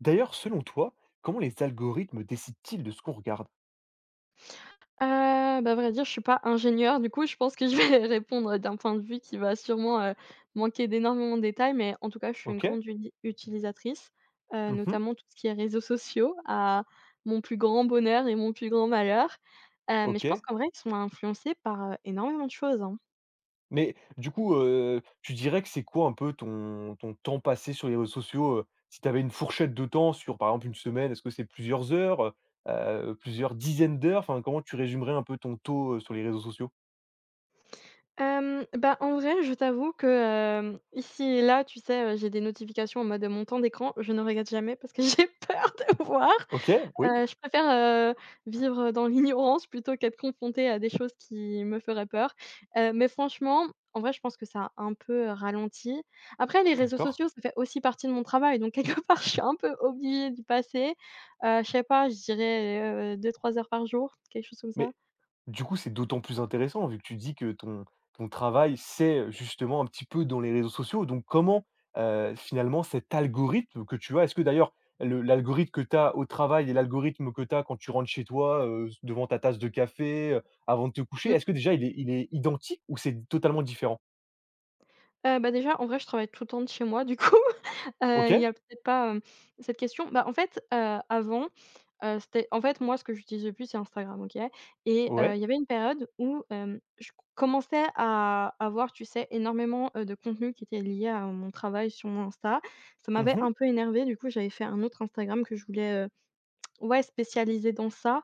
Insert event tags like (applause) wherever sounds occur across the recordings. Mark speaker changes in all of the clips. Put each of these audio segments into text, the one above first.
Speaker 1: D'ailleurs, selon toi, comment les algorithmes décident-ils de ce qu'on regarde?
Speaker 2: Bah, à vrai dire, je suis pas ingénieure, du coup, je pense que je vais (laughs) répondre d'un point de vue qui va sûrement, manquer d'énormément de détails, mais en tout cas, je suis une
Speaker 1: OK.
Speaker 2: grande udi utilisatrice,
Speaker 1: Mmh.
Speaker 2: notamment tout ce qui est réseaux sociaux, à mon plus grand bonheur et mon plus grand malheur. Mais je pense
Speaker 1: OK.
Speaker 2: qu'en vrai, ils sont influencés par, énormément de choses, hein.
Speaker 1: Mais du coup, tu dirais que c'est quoi un peu ton temps passé sur les réseaux sociaux, Si tu avais une fourchette de temps sur, par exemple, une semaine, est-ce que c'est plusieurs heures, plusieurs dizaines d'heures? Enfin, comment tu résumerais un peu ton taux, sur les réseaux sociaux?
Speaker 2: Bah, en vrai, je t'avoue que, ici et là, tu sais, j'ai des notifications en mode, mon temps d'écran, je ne regarde jamais parce que (laughs) j'ai peur de voir.
Speaker 1: OK, oui,
Speaker 2: Je préfère, vivre dans l'ignorance plutôt qu'être confrontée à des choses qui me feraient peur. Mais franchement, en vrai, je pense que ça a un peu, ralenti. Après, les réseaux
Speaker 1: d'accord.
Speaker 2: sociaux, ça fait aussi partie de mon travail, donc quelque (laughs) part, je suis un peu obligée d'y passer. Je sais pas, je dirais, 2 3 heures par jour, quelque chose comme ça.
Speaker 1: Mais Du coup, c'est d'autant plus intéressant vu que tu dis que ton travail, c'est justement un petit peu dans les réseaux sociaux. Donc comment, finalement cet algorithme que tu as, est-ce que d'ailleurs le l'algorithme que tu as au travail et l'algorithme que tu as quand tu rentres chez toi, devant ta tasse de café, avant de te coucher,
Speaker 2: Mmh.
Speaker 1: est-ce que déjà il est identique ou c'est totalement différent?
Speaker 2: Bah, déjà, en vrai, je travaille tout le temps de chez moi, du coup. Il y
Speaker 1: OK,
Speaker 2: a peut-être pas, cette question. Bah, en fait, avant, c'était en fait, moi, ce que j'utilise le plus, c'est Instagram, OK? Et
Speaker 1: ouais.
Speaker 2: il y avait une période où, je commençais à avoir, tu sais, énormément, de contenu qui était lié à mon travail sur mon Insta. Ça
Speaker 1: Mmh
Speaker 2: m'avait
Speaker 1: mh.
Speaker 2: un peu énervée, du coup, j'avais fait un autre Instagram que je voulais, ouais, spécialiser dans ça.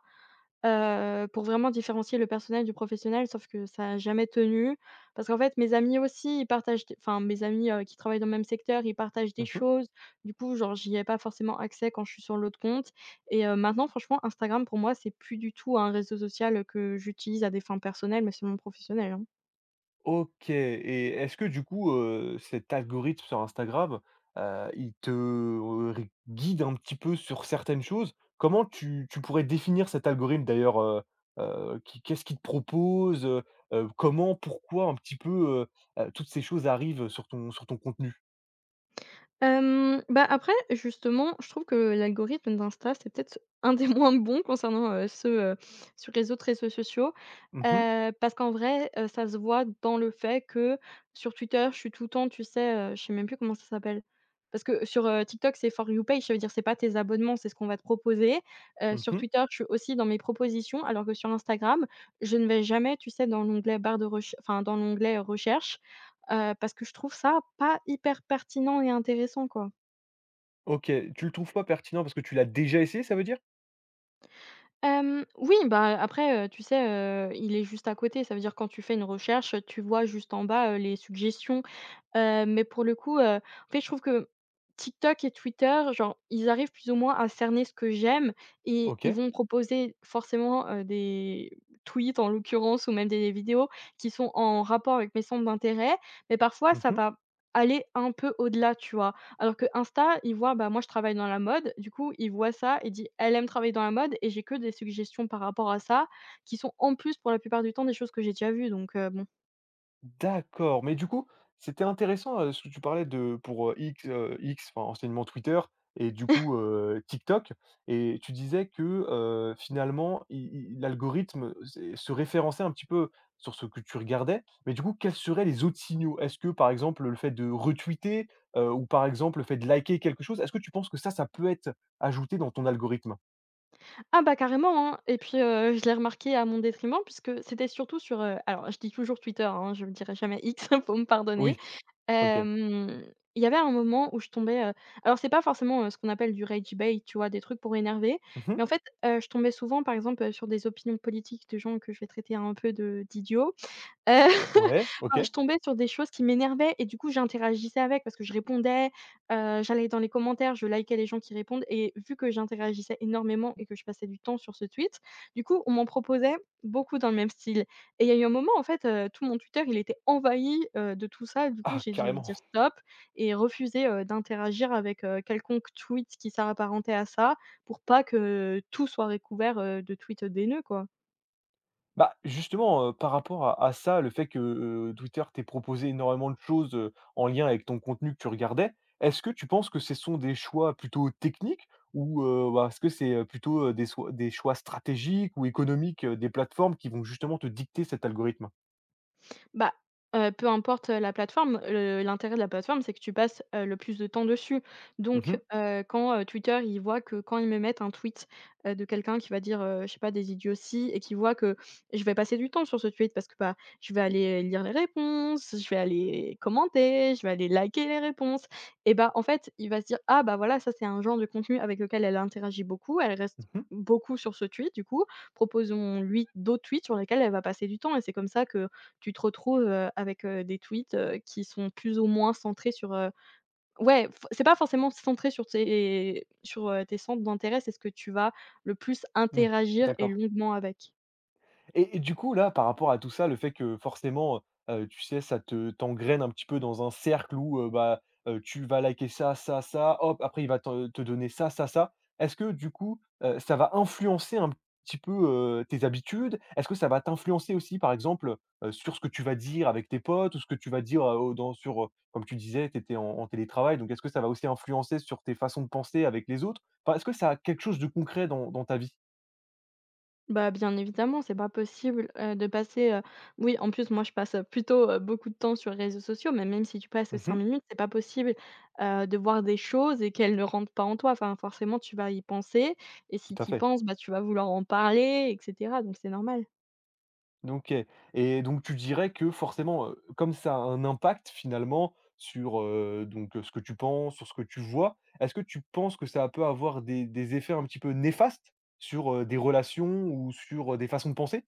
Speaker 2: Pour vraiment différencier le personnel du professionnel, sauf que ça n'a jamais tenu. Parce qu'en fait, mes amis aussi, ils partagent des enfin mes amis, qui travaillent dans le même secteur, ils partagent des
Speaker 1: Mmh.
Speaker 2: choses. Du coup, genre, j'y ai pas forcément accès quand je suis sur l'autre compte et maintenant, franchement, Instagram, pour moi, c'est plus du tout un réseau social, que j'utilise à des fins personnelles, mais seulement professionnelles, hein.
Speaker 1: OK, et est-ce que du coup, cet algorithme sur Instagram, il te, ri guide un petit peu sur certaines choses? Comment tu pourrais définir cet algorithme d'ailleurs, qui qu'est-ce qu'il te propose, comment, pourquoi un petit peu, toutes ces choses arrivent sur ton contenu?
Speaker 2: Bah, après justement, je trouve que l'algorithme d'Insta, c'est peut-être un des (laughs) moins bons concernant, ceux, sur les autres réseaux sociaux.
Speaker 1: Mmh mh.
Speaker 2: Parce qu'en vrai, ça se voit dans le fait que sur Twitter, je suis tout le temps, tu sais, je sais même plus comment ça s'appelle. Parce que sur, TikTok, c'est For You Page, ça veut dire c'est pas tes abonnements, c'est ce qu'on va te proposer. Sur
Speaker 1: Mmh.
Speaker 2: Twitter, je suis aussi dans mes propositions, alors que sur Instagram, je ne vais jamais, tu sais, dans l'onglet barre de reche enfin dans l'onglet recherche, parce que je trouve ça pas hyper pertinent et intéressant, quoi.
Speaker 1: OK, tu le trouves pas pertinent parce que tu l'as déjà essayé, ça veut dire?
Speaker 2: Oui, bah, après, tu sais, il est juste à côté. Ça veut dire quand tu fais une recherche, tu vois juste en bas, les suggestions. Mais pour le coup, en fait, je trouve que TikTok et Twitter, genre, ils arrivent plus ou moins à cerner ce que j'aime et ils
Speaker 1: OK.
Speaker 2: vont proposer forcément, des tweets, en l'occurrence, ou même des vidéos qui sont en rapport avec mes centres d'intérêt, mais parfois ça
Speaker 1: Mmh.
Speaker 2: va aller un peu au-delà, tu vois? Alors que Insta ils voient, bah, moi je travaille dans la mode, du coup, ils voient ça et dit: «Elle aime travailler dans la mode» et j'ai que des suggestions par rapport à ça, qui sont en plus, pour la plupart du temps, des choses que j'ai déjà vues donc bon.
Speaker 1: D'accord, mais du coup, c'était intéressant, ce que tu parlais de pour, X, enfin, anciennement Twitter, et du coup, TikTok, et tu disais que finalement, i i l'algorithme se référençait un petit peu sur ce que tu regardais. Mais du coup, quels seraient les autres signaux? Est-ce que, par exemple, le fait de retweeter, ou par exemple, le fait de liker quelque chose, est-ce que tu penses que ça peut être ajouté dans ton algorithme?
Speaker 2: Ah bah carrément, hein et puis, je l'ai remarqué à mon détriment puisque c'était surtout sur, alors je dis toujours Twitter, hein, je ne dirai jamais X, (laughs) faut me pardonner.
Speaker 1: Oui, OK.
Speaker 2: Hem, il y avait un moment où je tombais, alors c'est pas forcément, ce qu'on appelle du rage bait, tu vois? Des trucs pour énerver,
Speaker 1: Mmh.
Speaker 2: mais en fait, je tombais souvent par exemple, sur des opinions politiques de gens que je vais traiter un peu de d'idiots. Heu, (laughs)
Speaker 1: Ouais,
Speaker 2: enfin,
Speaker 1: OK.
Speaker 2: je tombais sur des choses qui m'énervaient et du coup, j'interagissais avec parce que je répondais, j'allais dans les commentaires, je likais les gens qui répondent et vu que j'interagissais énormément et que je passais du temps sur ce tweet, du coup, on m'en proposait beaucoup dans le même style et il y a eu un moment, en fait, tout mon Twitter, il était envahi, de tout ça. Du coup,
Speaker 1: Ah,
Speaker 2: j'ai dû
Speaker 1: carrément!
Speaker 2: dire stop et refuser, d'interagir avec, quelconque tweet qui s'apparentait à ça pour pas que tout soit recouvert, de tweets, d'haineux, quoi.
Speaker 1: Bah, justement, par rapport à ça, le fait que, Twitter t'ait proposé énormément de choses, en lien avec ton contenu que tu regardais. Est-ce que tu penses que ce sont des choix plutôt techniques ou, est-ce que c'est, plutôt, des choix stratégiques ou économiques, des plateformes qui vont justement te dicter cet algorithme?
Speaker 2: Bah, peu importe, la plateforme, le l'intérêt de la plateforme, c'est que tu passes, le plus de temps dessus.
Speaker 1: Mmh
Speaker 2: Donc,
Speaker 1: mh.
Speaker 2: quand, Twitter, il voit que quand ils me mettent un tweet, de quelqu'un qui va dire, je sais pas, des idioties et qui voit que je vais passer du temps sur ce tweet parce que, bah, je vais aller lire les réponses, je vais aller commenter, je vais aller liker les réponses et bah, en fait, il va se dire: «Ah bah, voilà, ça, c'est un genre de contenu avec lequel elle interagit beaucoup, elle reste
Speaker 1: Mmh.
Speaker 2: beaucoup sur ce tweet du coup, proposons-lui d'autres tweets sur lesquels elle va passer du temps» et c'est comme ça que tu te retrouves, avec, des tweets, qui sont plus ou moins centrés sur, ouais, f c'est pas forcément centré sur, tes centres d'intérêt, c'est ce que tu vas le plus
Speaker 1: Mmh.
Speaker 2: interagir et
Speaker 1: D'accord.
Speaker 2: longuement avec.
Speaker 1: Et du coup, là, par rapport à tout ça, le fait que forcément, tu sais, ça te t'engraine un petit peu dans un cercle où, tu vas liker ça, ça, ça, hop, après il va te donner ça, ça, ça. Est-ce que du coup, ça va influencer un petit peu, tes habitudes? Est-ce que ça va t'influencer aussi, par exemple, sur ce que tu vas dire avec tes potes ou ce que tu vas dire, au dans sur, comme tu disais, tu étais en télétravail, donc est-ce que ça va aussi influencer sur tes façons de penser avec les autres? Enfin, est-ce que ça a quelque chose de concret dans ta vie?
Speaker 2: Bah, bien évidemment, c'est pas possible, de passer, oui, en plus, moi, je passe, plutôt, beaucoup de temps sur les réseaux sociaux, mais même si tu passes, 5
Speaker 1: Mmh,
Speaker 2: minutes, c'est pas possible, de voir des choses et qu'elles ne rentrent pas en toi. Enfin, forcément, tu vas y penser et si
Speaker 1: tout à
Speaker 2: tu y
Speaker 1: fait.
Speaker 2: penses, bah, tu vas vouloir en parler et cetera, donc c'est normal.
Speaker 1: OK, et donc tu dirais que forcément, comme ça a un impact finalement sur, ce que tu penses, sur ce que tu vois, est-ce que tu penses que ça peut avoir des effets un petit peu néfastes sur, des relations ou sur, des façons de penser?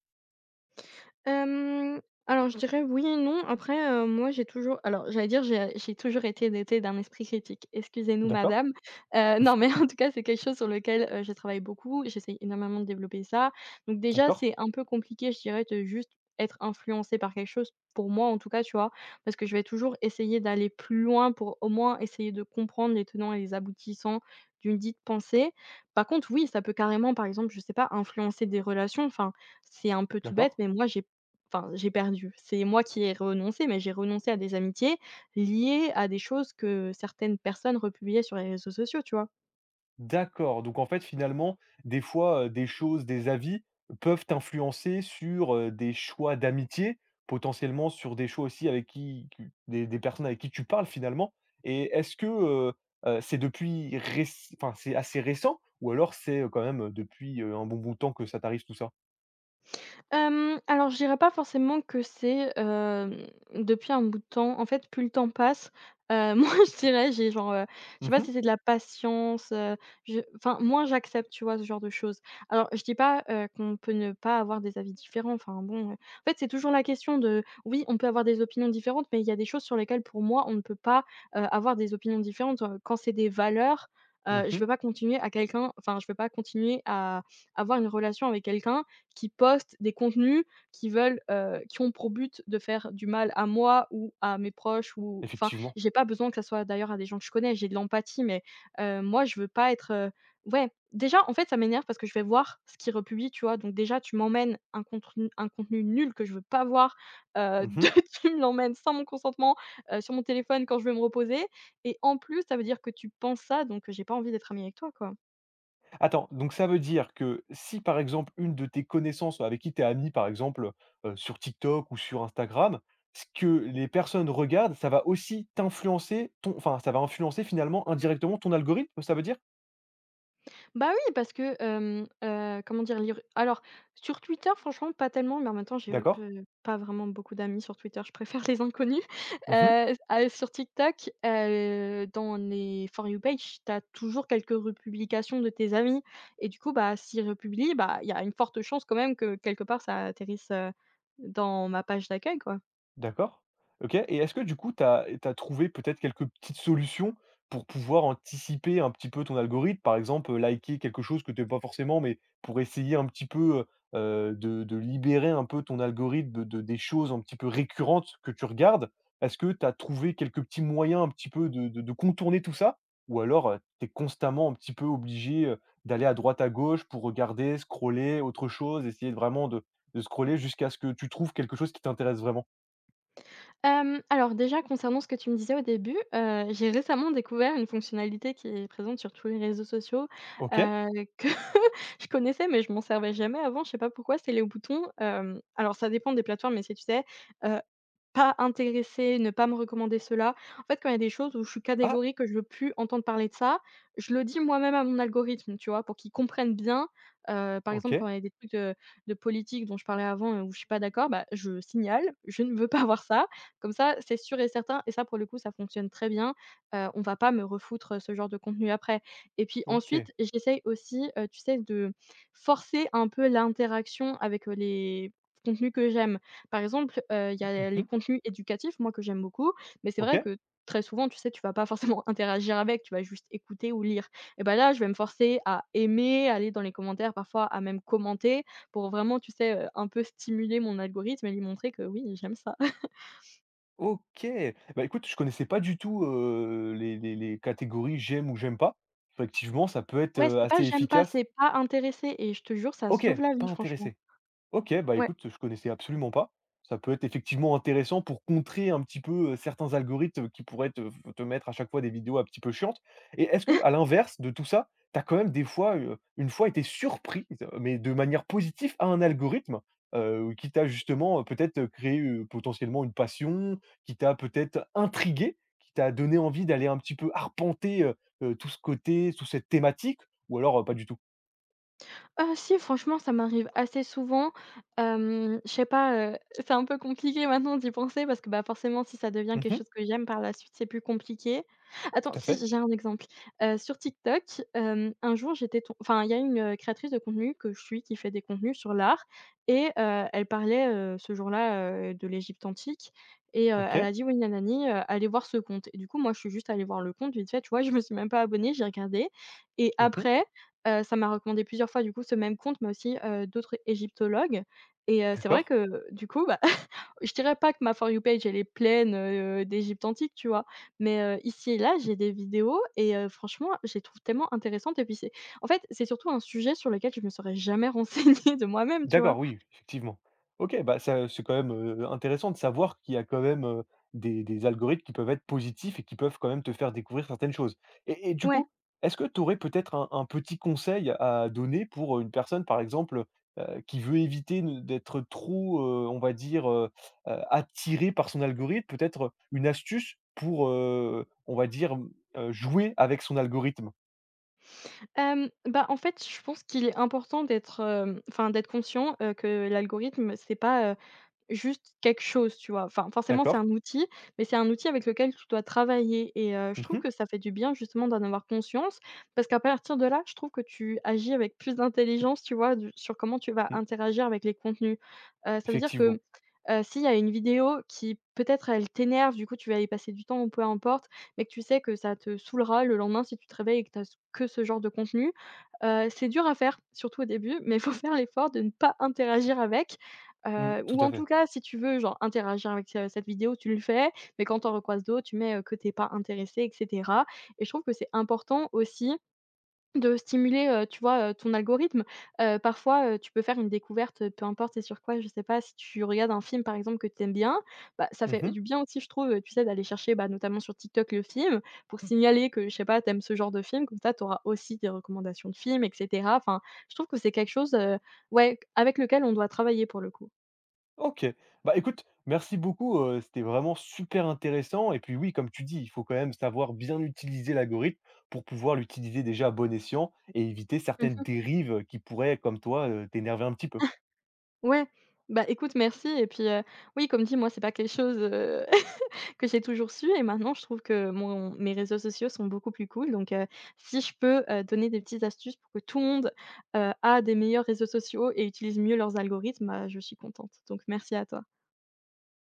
Speaker 2: Hem, alors je dirais oui et non. Après, moi j'ai toujours alors j'allais dire j'ai toujours été dotée d'un esprit critique. Excusez-nous
Speaker 1: D'accord,
Speaker 2: madame. Non mais (laughs) en tout cas, c'est quelque chose sur lequel, je travaille beaucoup. J'essaye énormément de développer ça. Donc déjà,
Speaker 1: d'accord,
Speaker 2: c'est un peu compliqué, je dirais, de juste être influencée par quelque chose, pour moi en tout cas, tu vois? Parce que je vais toujours essayer d'aller plus loin pour au moins essayer de comprendre les tenants et les aboutissants d'une dite pensée. Par contre, oui, ça peut carrément, par exemple, je sais pas, influencer des relations. Enfin, c'est un peu tout bête,
Speaker 1: d'accord.
Speaker 2: mais moi j'ai enfin, j'ai perdu. C'est moi qui ai renoncé, mais j'ai renoncé à des amitiés liées à des choses que certaines personnes republiaient sur les réseaux sociaux, tu vois?
Speaker 1: D'accord, donc en fait, finalement, des fois, des choses, des avis peuvent influencer sur, des choix d'amitié, potentiellement sur des choix aussi avec qui des personnes avec qui tu parles, finalement, et est-ce que, c'est depuis réc enfin, c'est assez récent, ou alors c'est, quand même, depuis, un bon bout de temps que ça t'arrive tout ça?
Speaker 2: Alors je dirais pas forcément que c'est, depuis un bout de temps. En fait, plus le temps passe, (laughs) moins je dirais j'ai genre, je sais
Speaker 1: Mmh
Speaker 2: pas
Speaker 1: mh.
Speaker 2: si c'est de la patience, je enfin moins j'accepte, tu vois, ce genre de choses. Alors je dis pas, qu'on peut ne pas avoir des avis différents, enfin bon, en fait, c'est toujours la question de oui, on peut avoir des opinions différentes, mais il y a des choses sur lesquelles pour moi on ne peut pas, avoir des opinions différentes. Quand c'est des valeurs, je
Speaker 1: Mmh.
Speaker 2: veux pas continuer à quelqu'un enfin je veux pas continuer à avoir une relation avec quelqu'un qui postent des contenus qui veulent, qui ont pour but de faire du mal à moi ou à mes proches ou enfin,
Speaker 1: Effectivement.
Speaker 2: j'ai pas besoin que ça soit d'ailleurs à des gens que je connais, j'ai de l'empathie, mais moi, je veux pas être, ouais, déjà, en fait, ça m'énerve parce que je vais voir ce qu'ils republient, tu vois? Donc déjà, tu m'emmènes un contenu nul que je veux pas voir, (laughs) de
Speaker 1: Mmh.
Speaker 2: tu me l'emmènes sans mon consentement, sur mon téléphone quand je veux me reposer et en plus, ça veut dire que tu penses ça, donc j'ai pas envie d'être amie avec toi, quoi.
Speaker 1: Attends, donc ça veut dire que si, par exemple, une de tes connaissances avec qui tu es ami, par exemple, sur TikTok ou sur Instagram, ce que les personnes regardent, ça va aussi t'influencer ton enfin, ça va influencer finalement indirectement ton algorithme, ça veut dire?
Speaker 2: Bah oui, parce que, comment dire? Lire alors sur Twitter, franchement, pas tellement, mais en même temps, j'ai,
Speaker 1: D'accord.
Speaker 2: pas vraiment beaucoup d'amis sur Twitter, je préfère (laughs) les inconnus.
Speaker 1: Mmh.
Speaker 2: Ah, sur TikTok, dans les For You page, tu as toujours quelques republications de tes amis et du coup, bah, s'ils republient, bah, il y a une forte chance quand même que quelque part ça atterrisse, dans ma page d'accueil, quoi.
Speaker 1: D'accord. OK, et est-ce que du coup, tu as trouvé peut-être quelques petites solutions pour pouvoir anticiper un petit peu ton algorithme? Par exemple, liker quelque chose que tu aimes pas forcément, mais pour essayer un petit peu, de libérer un peu ton algorithme de des choses un petit peu récurrentes que tu regardes. Est-ce que tu as trouvé quelques petits moyens un petit peu de contourner tout ça? Ou alors, tu es constamment un petit peu obligé, d'aller à droite, à gauche pour regarder, scroller, autre chose, essayer de vraiment de scroller jusqu'à ce que tu trouves quelque chose qui t'intéresse vraiment?
Speaker 2: Alors déjà concernant ce que tu me disais au début, j'ai récemment découvert une fonctionnalité qui est présente sur tous les réseaux sociaux,
Speaker 1: OK.
Speaker 2: heu, que (laughs) je connaissais mais je m'en servais jamais avant, je sais pas pourquoi, c'est les boutons, alors ça dépend des plateformes mais si tu sais, pas intéresser, ne pas me recommander cela. En fait, quand il y a des choses où je suis
Speaker 1: Ah!
Speaker 2: catégorique, que je veux plus entendre parler de ça, je le dis moi-même à mon algorithme, tu vois? Pour qu'il comprenne bien, par exemple,
Speaker 1: OK,
Speaker 2: quand il y a des trucs de politique dont je parlais avant et où je suis pas d'accord, bah, je signale: «Je ne veux pas (laughs) voir ça». Comme ça, c'est sûr et certain et ça, pour le coup, ça fonctionne très bien. On va pas me refoutre, ce genre de contenu après. Et puis
Speaker 1: OK.
Speaker 2: ensuite, j'essaye aussi, tu sais, de forcer un peu l'interaction avec, les contenus que j'aime. Par exemple, il y a les
Speaker 1: Mmh.
Speaker 2: contenus éducatifs, moi, que j'aime beaucoup, mais c'est vrai
Speaker 1: OK.
Speaker 2: que très souvent, tu sais, tu vas pas forcément (laughs) interagir avec, tu vas juste écouter ou lire et bah, là, je vais me forcer à aimer, aller dans les commentaires, parfois à même commenter pour vraiment, tu sais, un peu stimuler mon algorithme et lui montrer que oui, j'aime ça. (laughs)
Speaker 1: OK! Bah, écoute, je connaissais pas du tout, les les catégories «j'aime» ou «j'aime pas». Effectivement, ça peut être,
Speaker 2: Ouais, c'est pas
Speaker 1: assez
Speaker 2: j'aime pas,
Speaker 1: efficace.
Speaker 2: c'est pas intéressé et je te jure, ça
Speaker 1: OK,
Speaker 2: sauve la
Speaker 1: pas
Speaker 2: vie, franchement.
Speaker 1: intéressé. OK, bah,
Speaker 2: Ouais.
Speaker 1: écoute, je connaissais absolument pas. Ça peut être effectivement intéressant pour contrer un petit peu, certains algorithmes qui pourraient te mettre à chaque fois des vidéos un petit peu chiantes, et est-ce que à l'inverse de tout ça, t'as quand même des fois, une fois été surprise, mais de manière positive à un algorithme, qui t'a justement, peut-être créé, potentiellement une passion, qui t'a peut-être intrigué, qui t'a donné envie d'aller un petit peu arpenter, tout ce côté, toute cette thématique, ou alors, pas du tout?
Speaker 2: Ah si, franchement, ça m'arrive assez souvent. Je sais pas, c'est un peu compliqué maintenant d'y penser parce que, bah, forcément, si ça devient quelque
Speaker 1: Mmh.
Speaker 2: chose que j'aime par la suite, c'est plus compliqué. Attends,
Speaker 1: Tout à fait.
Speaker 2: si, j'ai un exemple. Sur TikTok, un jour, j'étais tom enfin, il y a une, créatrice de contenu que je suis qui fait des contenus sur l'art et elle parlait, ce jour-là, de l'Égypte antique et elle
Speaker 1: OK.
Speaker 2: a dit: «Oui, nanani, allez voir ce compte» et du coup, moi, je suis juste allée voir le compte vite fait, tu vois? Je me suis même pas abonnée, j'ai regardé et
Speaker 1: Mmh.
Speaker 2: après ça m'a recommandé plusieurs fois, du coup, ce même compte, mais aussi, d'autres égyptologues et c'est vrai
Speaker 1: D'accord.
Speaker 2: que, du coup, bah, (laughs) je dirais pas que ma For You page, elle est pleine, d'Égypte antique, tu vois? Mais ici et là, j'ai des vidéos et franchement, je les trouve tellement intéressantes et puis c'est en fait, c'est surtout un sujet sur lequel je me serais jamais renseignée de moi-même, tu vois?
Speaker 1: D'accord, oui, effectivement. OK, bah, ça c'est quand même, intéressant de savoir qu'il y a quand même, des algorithmes qui peuvent être positifs et qui peuvent quand même te faire découvrir certaines choses, et du
Speaker 2: Ouais.
Speaker 1: coup, est-ce que tu aurais peut-être un petit conseil à donner pour une personne, par exemple, qui veut éviter ne d'être trop, on va dire, attirée par son algorithme? Peut-être une astuce pour, on va dire, mmh, jouer avec son algorithme?
Speaker 2: Bah, en fait, je pense qu'il est important d'être, enfin, d'être conscient, que l'algorithme, c'est pas, juste quelque chose, tu vois? Enfin, forcément, c'est
Speaker 1: D'accord.
Speaker 2: un outil, mais c'est un outil avec lequel tu dois travailler et je
Speaker 1: Mmh
Speaker 2: trouve
Speaker 1: mh.
Speaker 2: que ça fait du bien justement d'en avoir conscience parce qu'à partir de là, je trouve que tu agis avec plus d'intelligence, tu vois? Du sur comment tu vas
Speaker 1: Mmh.
Speaker 2: interagir avec les contenus. Ça veut dire
Speaker 1: Effectivement.
Speaker 2: que, s'il y a une vidéo qui peut-être elle t'énerve, du coup, tu vas y passer du temps ou peu importe, mais que tu sais que ça te saoulera le lendemain si tu te réveilles et que tu as que ce genre de contenu, c'est dur à faire, surtout au début, mais il faut (laughs) faire l'effort de ne pas interagir avec.
Speaker 1: Mmh, tout
Speaker 2: Ou
Speaker 1: à
Speaker 2: en
Speaker 1: fait.
Speaker 2: tout cas, si tu veux, genre, interagir avec, cette vidéo, tu le fais, mais quand tu en d'autres, tu mets, que t'es pas intéressé et cetera et je trouve que c'est important aussi de stimuler, tu vois, ton algorithme. Parfois, tu peux faire une découverte, peu importe c'est sur quoi, je sais pas, si tu regardes un film, par exemple, que tu aimes bien, bah, ça fait
Speaker 1: Mmh.
Speaker 2: du bien aussi, je trouve, tu sais, d'aller chercher, bah, notamment sur TikTok, le film pour Mmh. signaler que, je sais pas, t'aimes ce genre de film, comme ça, t'auras aussi des recommandations de films et cetera. Enfin, je trouve que c'est quelque chose, ouais, avec lequel on doit travailler pour le coup.
Speaker 1: OK. Bah, écoute, merci beaucoup, c'était vraiment super intéressant, et puis oui, comme tu dis, il faut quand même savoir bien utiliser l'algorithme pour pouvoir l'utiliser déjà à bon escient et éviter certaines dérives qui pourraient, comme toi, t'énerver un petit peu.
Speaker 2: Ouais, bah, écoute, merci et puis, oui, comme dit, moi, c'est pas quelque chose, (laughs) que j'ai toujours su et maintenant je trouve que mon mes réseaux sociaux sont beaucoup plus cool donc si je peux, donner des petites astuces pour que tout le monde, a des meilleurs réseaux sociaux et utilise mieux leurs algorithmes, bah, je suis contente donc merci à toi.